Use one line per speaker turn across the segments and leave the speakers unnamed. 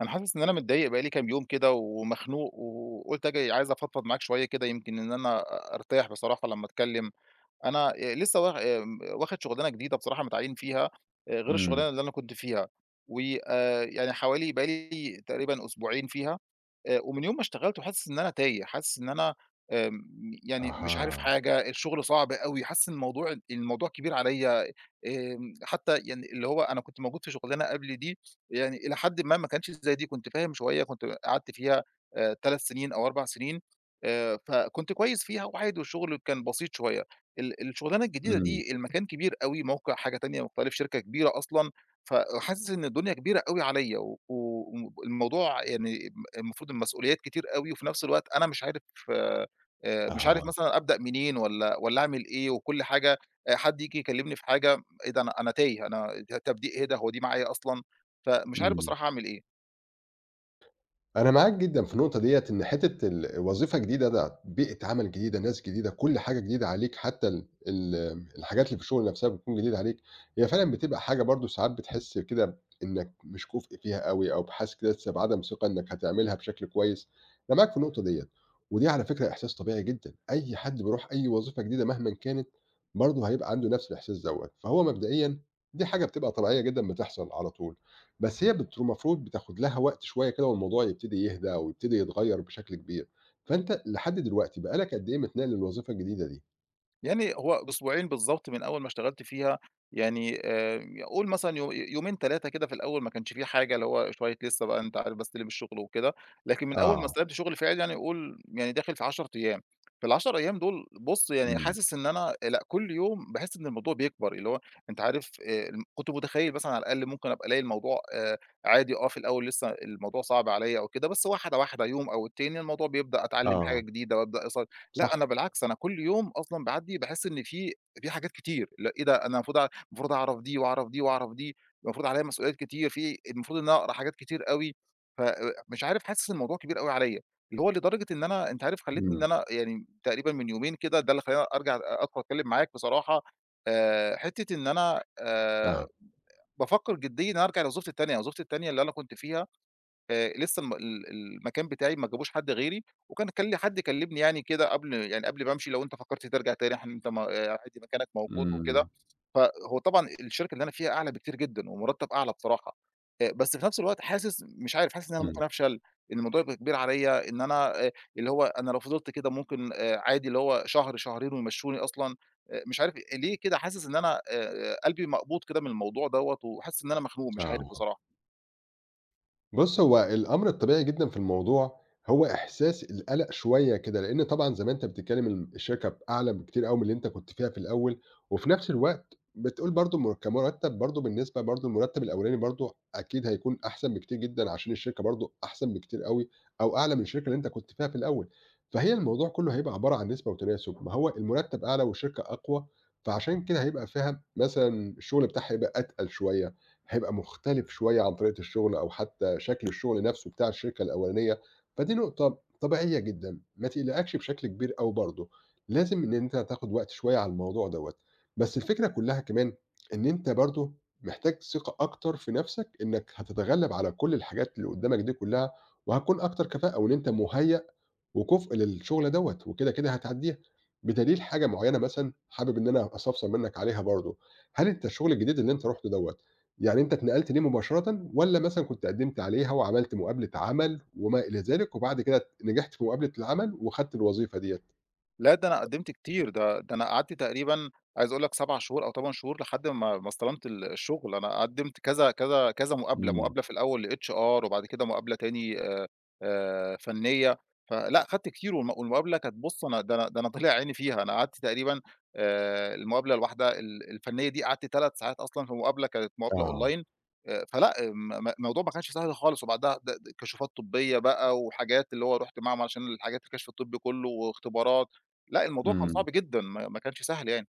أنا حاسس إن أنا متضايق بقى لي كام يوم كده ومخنوق، وقُلت آجي عايز أفضفض معاك شوية كده يمكن إن أنا أرتاح بصراحة لمّا أتكلم. أنا لسه واخد شغلانة جديدة بصراحة متعيّن فيها، غير
إمم.
الشغلانة اللي أنا كنت فيها، و يعني حوالي بقى لي تقريبًا أسبوعين فيها. ومن يوم ما اشتغلت وحاسس إن أنا تايه، حاسس إن أنا آمم يعني مش عارف
أها.
حاجة، الشغل صعب أوي، حاسس إن الموضوع كبير عليّا، حتى يعني اللي هو أنا كنت موجود في شغلانة قبل دي، يعني إلى حدٍ ما ما كانتش زي دي، كنت فاهم شوية، كنت قعدت فيها 3 سنين أو 4 سنين، فكنت كويس فيها وعادي والشغل كان بسيط شوية. الشغلانة الجديدة
إمم.
دي المكان كبير أوي، موقع حاجة تانية مختلف، شركة كبيرة أصلًا، فحاسس إن الدنيا كبيرة أوي عليّا والموضوع يعني المفروض المسؤوليات كتير أوي، وفي نفس الوقت أنا مش عارف، آآ
أها.
مثلًا أبدأ منين والّا أعمل إيه، وكل حاجة. حد ييجي يكلمني في حاجة، إيه ده؟ أنا تايه، أنا ت طب دي إيه ده، هو دي معايا أصلًا؟ فمش عارف
إمم.
بصراحة أعمل إيه.
أنا معاك جدًا في النقطة ديّة، إن حتّة وظيفة جديدة ده بيئة عمل جديدة، ناس جديدة، كل حاجة جديدة عليك، حتّى ال ال الحاجات اللي في الشغل نفسها بتكون جديدة عليك، هي فعلًا بتبقى حاجة برضه ساعات بتحس كده إنّك مش كُفء فيها أوي أو بحاسس كده لسه بعدم ثقة إنّك هتعملها بشكل كويس، أنا معاك في النقطة ديّة، ودي على فكرة إحساس طبيعي جدًا، أي حد بيروح أي وظيفة جديدة مهمًا كانت، برضه هيبقى عنده نفس الإحساس دوّة، فهو مبدئيًا دي حاجة بتبقى طبيعية جدًا بتحصل على طول. بس هي المفروض بتاخد لها وقت شوية كده والموضوع يبتدي يهدى ويبتدي يتغيّر بشكل كبير، فأنت لحد دلوقتي بقى لك قد إيه متنقل للوظيفة الجديدة دي؟
يعني هو أسبوعين بالضبط من أول ما اشتغلت فيها، يعني قُل مثلًا يومين 3 كده في الأول ما كانش في حاجة، اللي هو شوية لسه بقى أنت عارف باستلم الشغل وكده، لكن من أول ما
آه.
استلمت شغل فعلي يعني قُل يعني داخل في 10 أيام، في ال10 أيام دول بُص يعني
إمم.
حاسس إن أنا لأ، كل يوم باحس إن الموضوع بيكبر، اللي هو أنت عارف كنت متخيل مثلًا على الأقل ممكن أبقى ألاقي الموضوع عادي، آه، في الأول لسه الموضوع صعب عليَّ أو كده، بس واحدة واحدة يوم أو التاني الموضوع بيبدأ أتعلم حاجة
آه.
جديدة وأبدأ لأ، أنا
صح.
بالعكس أنا كل يوم أصلًا باعدّي باحس إن في في حاجات كتير، لأ إيه ده، أنا المفروض المفروض أعرف دي وأعرف دي وأعرف دي، المفروض عليّا مسؤوليات كتير، في المفروض إن أنا أقرا حاجات كتير أوي، ف مش عارف، حاسس إن الموضوع كبير أوي عليّا، اللي هو لدرجة إن أنا أنت عارف خلّيتني إن
إمم.
أنا يعني تقريبًا من يومين كده ده اللي خلّاني أرجع أدخل أتكلّم معاك بصراحة، حتّة إن أنا
آه.
بافكّر جديًا إن أنا أرجع لوظيفتي التانية، وظيفتي التانية اللي أنا كنت فيها لسه المكان بتاعي ما جابوش حد غيري، وكان كل حد كلّمني يعني كده قبل، يعني قبل ما أمشي، لو أنت فكّرت ترجع تاني إحنا أنت م عادي مكانك موجود وكده،
إمم.
فهو طبعًا الشركة اللي أنا فيها أعلى بكتير جدًا، ومُرتّب أعلى بصراحة، بس في نفس الوقت حاسس مش عارف، حاسس إن أنا
إمم.
ممكن أفشل، إن الموضوع يبقى كبير عليّا، إن أنا اللي هو أنا لو فضلت كده ممكن عادي اللي هو شهر، شهرين ويمشّوني أصلًا، مش عارف ليه كده، حاسس إن أنا قلبي مقبوض كده من الموضوع دوّة، وحاسس إن أنا مخنوق مش عارف
آه.
بصراحة.
بُص، هو الأمر الطبيعي جدًا في الموضوع هو إحساس القلق شوية كده، لإن طبعًا زي ما أنت بتتكلم الشركة بأعلى بكتير أوي من اللي أنت كنت فيها في الأول، وفي نفس الوقت بتقول برضه مر كمرتب برضه بالنسبة برضه المرتب الأولاني برضه أكيد هيكون أحسن بكتير جدًا عشان الشركة برضه أحسن بكتير أوي، أو أعلى من الشركة اللي أنت كنت فيها في الأول، فهي الموضوع كله هيبقى عبارة عن نسبة وتناسب، ما هو المرتب أعلى والشركة أقوى، فعشان كده هيبقى فيها مثلًا الشغل بتاعها هيبقى أتقل شوية. هيبقى مختلف شوية عن طريقة الشغل أو حتى شكل الشغل نفسه بتاع الشركة الأولانية، فدي نقطة طبيعية جدًا، ما تقلقكش بشكل كبير أوي برضه، لازم إن أنت تاخد وقت شوية على الموضوع دوّة، بس الفكرة كلها كمان إن أنت برضه محتاج ثقة أكتر في نفسك إنك هتتغلب على كل الحاجات اللي قدامك دي كلها، وهتكون أكتر كفاءة وإن أنت مُهيأ وكُفء للشغل دوّة، وكده، كده هتعدّيها، بدليل حاجة معيّنة مثلًا حابب إن أنا أستفسر منّك عليها برضه، هل أنت الشغل الجديد اللي أنت رُحته دوّة، يعني أنت اتنقلت ليه مباشرةً والّا مثلًا كنت قدّمت عليها وعملت مقابلة عمل وما إلى ذلك وبعد كده نجحت في مقابلة العمل وخدت الوظيفة ديّة؟
لأ، ده أنا قدّمت كتير، ده أنا قعدت تقريبًا عايز أقول لك 7 شهور أو 8 شهور لحد ما ما استلمت الشغل، أنا قدّمت كذا كذا كذا مقابلة،
إمم.
مقابلة في الأول لHR، وبعد كده مقابلة تاني، فنية، فلأ خدت كتير، والمقابلة كانت، بُص أنا ده أنا طلع عيني فيها، أنا قعدت تقريبًا المقابلة الواحدة الفنية دي قعدت 3 ساعات أصلًا، في مقابلة كانت مقابلة
آه.
أونلاين، فلأ، م م الموضوع ما كانش سهل خالص، وبعدها كشوفات طبية بقى وحاجات، اللي هو رُحت معمل عشان الحاجات، الكشف الطبي كله واختبارات. لأ، الموضوع كان صعب
إمم.
جدًا، ما كانش سهل يعني.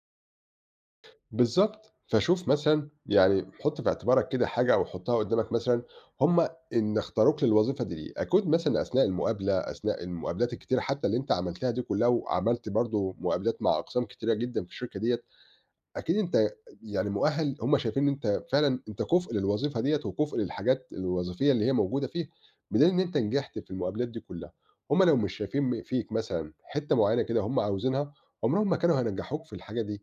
بالضبط. فشوف مثلًا يعني حُط في اعتبارك كده حاجة أو حُطّها قدّامك مثلًا هم إن اختاروك للوظيفة دي ليه؟ أكيد مثلًا أثناء المقابلة، أثناء المقابلات الكتيرة حتى اللي أنت عملتها دي كُلّها وعملت برضه مقابلات مع أقسام كتيرة جدًا في الشركة ديّة، أكيد أنت يعني مؤهَّل هم شايفين إن أنت فعلًا أنت كُفء للوظيفة ديّة وكُفء للحاجات الوظيفية اللي هي موجودة فيها، بدليل إن أنت نجحت في المقابلات دي كُلّها. هم لو مش شايفين فيك مثلًا حتّة معيّنة كده هم عاوزينها، عمرهم ما كانوا هينجّحوك في الحاجة دي.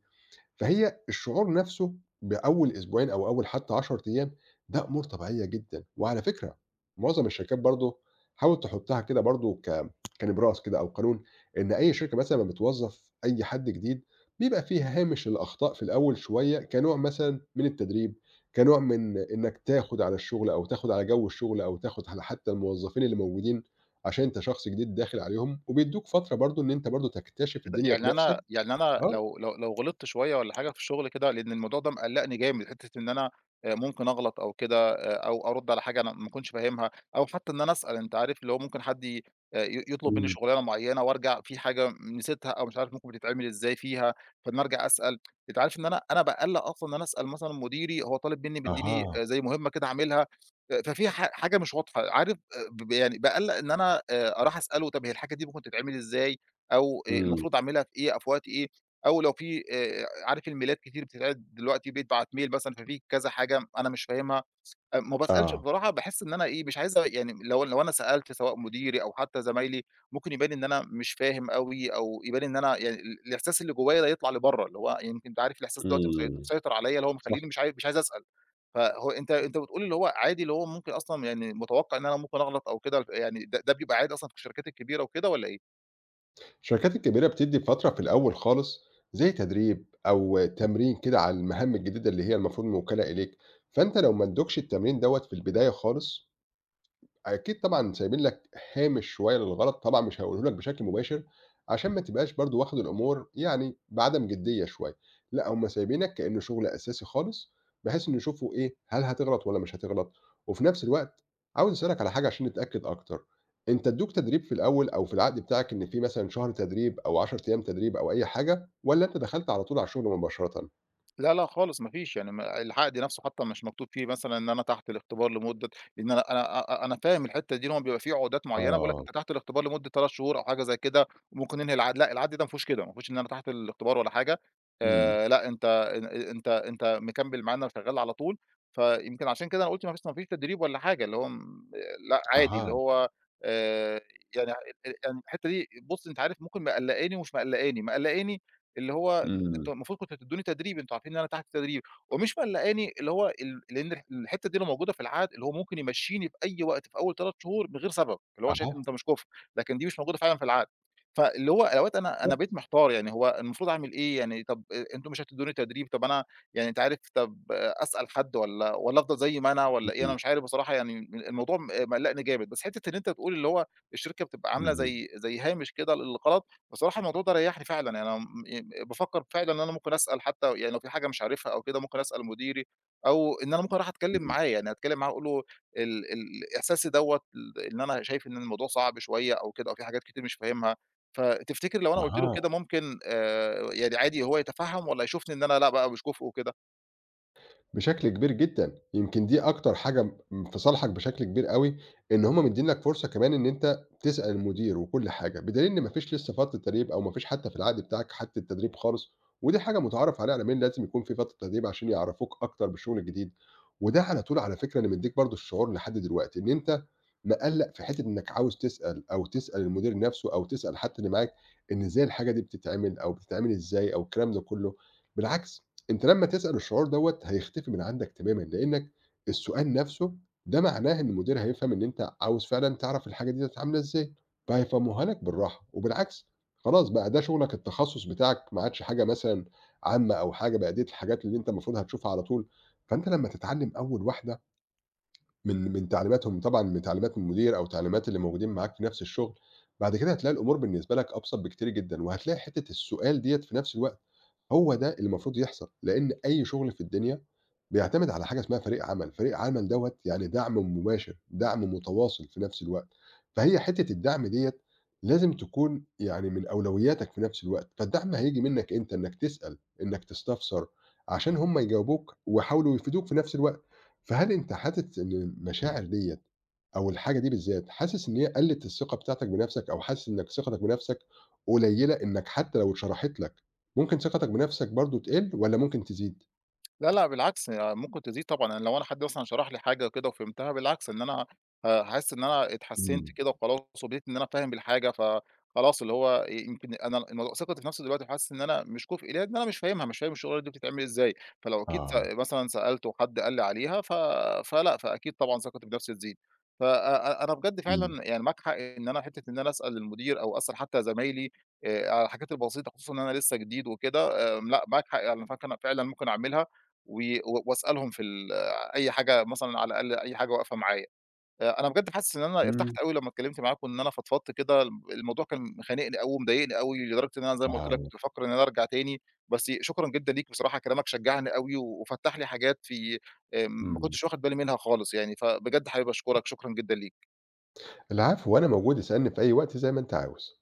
فهي الشعور نفسه بأول أسبوعين أو أول حتى 10 أيام ده أمور طبيعية جدًا، وعلى فكرة معظم الشركات برضه حاول تحطها كده برضه كنبراس كده أو قانون، إن أي شركة مثلًا لمّا بتوظّف أي حد جديد بيبقى في هامش الأخطاء في الأول شوية كنوع مثلًا من التدريب، كنوع من إنك تاخد على الشغل أو تاخد على جو الشغل أو تاخد على حتى الموظفين اللي موجودين، عشان أنت شخص جديد داخل عليهم، وبيدّوك فترة برضه إن أنت برضه تكتشف
كده
الدنيا
يعني
بنفسك.
أنا، يعني أنا
آه.
لو غلطت شوية والّا حاجة في الشغل كده، لإن الموضوع ده مقلّقني جامد، حتّة إن أنا ممكن أغلط أو كده أو أرُد على حاجة أنا ما أكونش فاهمها، أو حتّى إن أنا أسأل، أنت عارف اللي هو ممكن حد ي ي يطلب منّي
إمم.
شغلانة معيّنة، وأرجع في حاجة نسيتها أو مش عارف ممكن بتتعمل إزاي فيها، فإن أنا أرجع أسأل، أنت عارف إن أنا باتقلّق أصلًا إن أنا أسأل مثلًا مديري، هو طالب منّي مدّيني
أها.
زي مهمة كده أعملها، ففيها حاجة مش واضحة، عارف، ب يعني باتقلّق إن أنا أروح أسأله طَب هي الحاجة دي ممكن تتعمل إزاي؟ أو
إمم.
المفروض أعملها في إيه، أو في وقت إيه، أو لو في، عارف الميلاد كتير بتتعِرِض دلوقتي، بيتبعت ميل مثلًا، ففي كذا حاجة أنا مش فاهمها، ما باسألش
آه.
بصراحة، باحس إن أنا إيه، مش عايز يعني لو أنا سألت سواء مديري أو حتى زمايلي، ممكن يبان إن أنا مش فاهم أوي، أو يبان إن أنا يعني الإحساس اللي جوايا ده يطلع لبرّه، اللي هو يمكن أنت عارف الإحساس دلوقتي مسي
إمم.
مسيطر عليّا، اللي هو
صح.
مخلّيني مش عايز أسأل. فهو أنت بتقول اللي هو عادي، اللي هو ممكن أصلًا يعني متوقع إن أنا ممكن أغلط أو كده، ف يعني ده بيبقى عادي أصلًا في الشركات الكبيرة وكده والّا إيه؟
الشركات الكبيرة بتدّي فترة في الأول خالص زي تدريب أو تمرين كده على المهام الجديدة اللي هي المفروض موكَلة إليك، فأنت لو ما ادّوكش التمرين دوّة في البداية خالص أكيد طبعًا سايبين لك هامش شوية للغلط، طبعًا مش هيقولوا لك بشكل مباشر، عشان ما تبقاش برضه واخد الأمور يعني بعدم جدية شوية، لأ هُم سايبينك كإنه شغل أساسي خالص، بحيث إنه يشوفوا إيه، هل هتغلط والّا مش هتغلط؟ وفي نفس الوقت عاوز أسألك على حاجة عشان نتأكد أكتر، أنت ادوك تدريب في الأول أو في العقد بتاعك إن في مثلًا شهر تدريب أو 10 أيام تدريب أو أي حاجة، والّا أنت دخلت على طول على الشغل مباشرةً؟
لا، لأ خالص، ما فيش، يعني ما العقد نَفْسه حتى مش مكتوب فيه مثلًا إن أنا تحت الاختبار لمدة، إن أنا، أنا أ أنا فاهم الحتّة دي إن هو بيبقى في عقودات معيّنة بيقول لك
آه.
أنت تحت الاختبار لمدة 3 شهور أو حاجة زي كده وممكن ننهي العقد، لأ العقد ده ما فيهوش كده، ما فيهوش إن أنا تحت الاختبار ولا حاجة،
إمم.
لأ، أنت، أن أنت أنت مكمّل معانا وشغّال على طول، فيمكن عشان كده أنا قُلت ما فيش تدريب ولا حاجة، اللي هو لأ عادي، اللي
أها.
هو آآ يعني ال ال يعني الحتّة دي بُص أنت عارف ممكن مقلّقاني ومش مقلّقاني، مقلّقاني اللي هو
إمم.
أنتم المفروض كنتم تدّوني تدريب، أنتم عارفين إن أنا تحت تدريب، ومش مقلّقاني اللي هو ال، لإن الحتّة دي لو موجودة في العقد، اللي هو ممكن يمشّيني في أي وقت في أول 3 شهور من غير سبب، اللي هو شايف إن
أها.
ده مش كُفر، لكن دي مش موجودة فعلًا في العقد. فاللي هو أوقات أنا،
بالضبط.
بقيت محتار، يعني هو المفروض أعمل إيه يعني؟ طَب أنتم مش هتدّوني تدريب، طَب أنا يعني أنت عارف طَب أسأل حد والّا أفضل زي ما أنا والّا إيه؟ أنا مش عارف بصراحة يعني الموضوع مقلّقني جامد، بس حتّة إن أنت تقول اللي هو الشركة بتبقى
إمم.
عاملة
إمم.
زي هامش كده للغلط، بصراحة الموضوع ده ريّحني فعلًا، يعني أنا م ي بافكّر فعلًا إن أنا ممكن أسأل حتى، يعني لو في حاجة مش عارفها أو كده ممكن أسأل مديري، أو إن أنا ممكن أروح أتكلّم
إمم.
معاه، يعني أتكلّم معاه وأقول له ال ال إحساسي دوّة، إن أنا شايف إن الموضوع صعب شوية أو كده، أو في حاجات كتير مش فاهمها، فتفتكر لو أنا قُلت له
أها.
كده ممكن يعني عادي هو يتفهّم والّا هيشوفني إن أنا لأ بقى مش كُفء وكده؟
بشكل كبير جدًا، يمكن دي أكتر حاجة في صالحك بشكل كبير أوي، إن هُم مدّيين لك فرصة كمان إن أنت تسأل المدير وكل حاجة، بدليل إن ما فيش لسه فترة تدريب أو ما فيش حتى في العقد بتاعك حتى التدريب خالص، ودي حاجة متعارف عليها على مين لازم يكون في فترة تدريب عشان يعرّفوك أكتر بالشغل الجديد، وده على طول على فكرة اللي مدّيك برضه الشعور لحد دلوقتي، إن أنت مقلّق في حتّة إنك عاوز تسأل أو تسأل المدير نفسه أو تسأل حتى اللي معاك إن إزاي الحاجة دي بتتعمل أو بتتعمل إزاي أو الكلام ده كله، بالعكس أنت لمّا تسأل الشعور دوّة هيختفي من عندك تمامًا، لإنّك السؤال نفسه ده معناه إن المدير هيفهم إن أنت عاوز فعلًا تعرف الحاجة ديّة عاملة إزاي، فهيفهموها لك بالراحة، وبالعكس خلاص بقى ده شغلك التخصُّص بتاعك ما عادش حاجة مثلًا عامة أو حاجة، بقى ديّة الحاجات اللي أنت المفروض هتشوفها على طول، فأنت لمّا تتعلّم أول واحدة من تعليماتهم طبعًا من تعليمات المدير أو تعليمات اللي موجودين معاك في نفس الشغل، بعد كده هتلاقي الأمور بالنسبة لك أبسط بكتير جدًا، وهتلاقي حتّة السؤال ديّة في نفس الوقت هو ده اللي المفروض يحصل، لإن أي شغل في الدنيا بيعتمد على حاجة اسمها فريق عمل، فريق عمل دوّة يعني دعم مباشر، دعم متواصل في نفس الوقت، فهي حتّة الدعم ديّة لازم تكون يعني من أولوياتك في نفس الوقت، فالدعم هييجي منّك أنت إنّك تسأل، إنّك تستفسر، عشان هم يجاوبوك ويحاولوا يفيدوك في نفس الوقت، فهل أنت حاسس إن المشاعر ديّة أو الحاجة دي بالذات، حاسس إن هي قلّت الثقة بتاعتك بنفسك أو حاسس إنّك ثقتك بنفسك قليلة إنّك حتّى لو اتشرحت لك ممكن ثقتك بنفسك برضه تقِل والّا ممكن تزيد؟
لا، لأ، بالعكس هي ممكن تزيد طبعًا، يعني لو أنا حد مثلًا شرح لي حاجة كده وفهمتها، بالعكس إن أنا هاحس إن أنا اتحسنت
إمم.
كده وخلاص، وبقيت إن أنا فاهم الحاجة، فخلاص اللي هو يمكن أنا الموضوع، ثقتي في نفسي دلوقتي حاسس إن أنا مش كُفء ليها، إن أنا مش فاهمها، مش فاهم الشغلانة دي بتتعمل إزاي، فلو أكيد
آه.
مثلًا سألت وحد قال لي عليها، فلأ، فأكيد طبعًا ثقتي بنفسي تزيد. ف أ أ أنا بجد
إمم.
فعلًا يعني معاك حق إن أنا، حتّة إن أنا أسأل المدير أو أسأل حتى زمايلي على الحاجات البسيطة، خصوصًا إن أنا لسه جديد وكده، لأ، معاك حق يعني، فكن فعلًا ممكن أعملها و و وأسألهم في ال أي حاجة مثلًا، على الأقل أي حاجة واقفة معايا. أنا بجد حاسس إن أنا ارتحت
إمم.
أوي لمّا اتكلمت معاكم، إن أنا فضفضت كده، الموضوع كان مخانقني أوي ومضايقني أوي، لدرجة إن أنا زي ما قُلت لك
آه.
كنت بافكر إن أنا أرجع تاني، بس شكرًا جدًا ليك بصراحة، كلامك شجعني أوي، وفتّح لي حاجات في ما
إمم.
كنتش واخد بالي منها خالص يعني، فبجد حابب أشكرك، شكرًا جدًا ليك.
العفو، وأنا موجود اسألني في أي وقت زي ما أنت عاوز.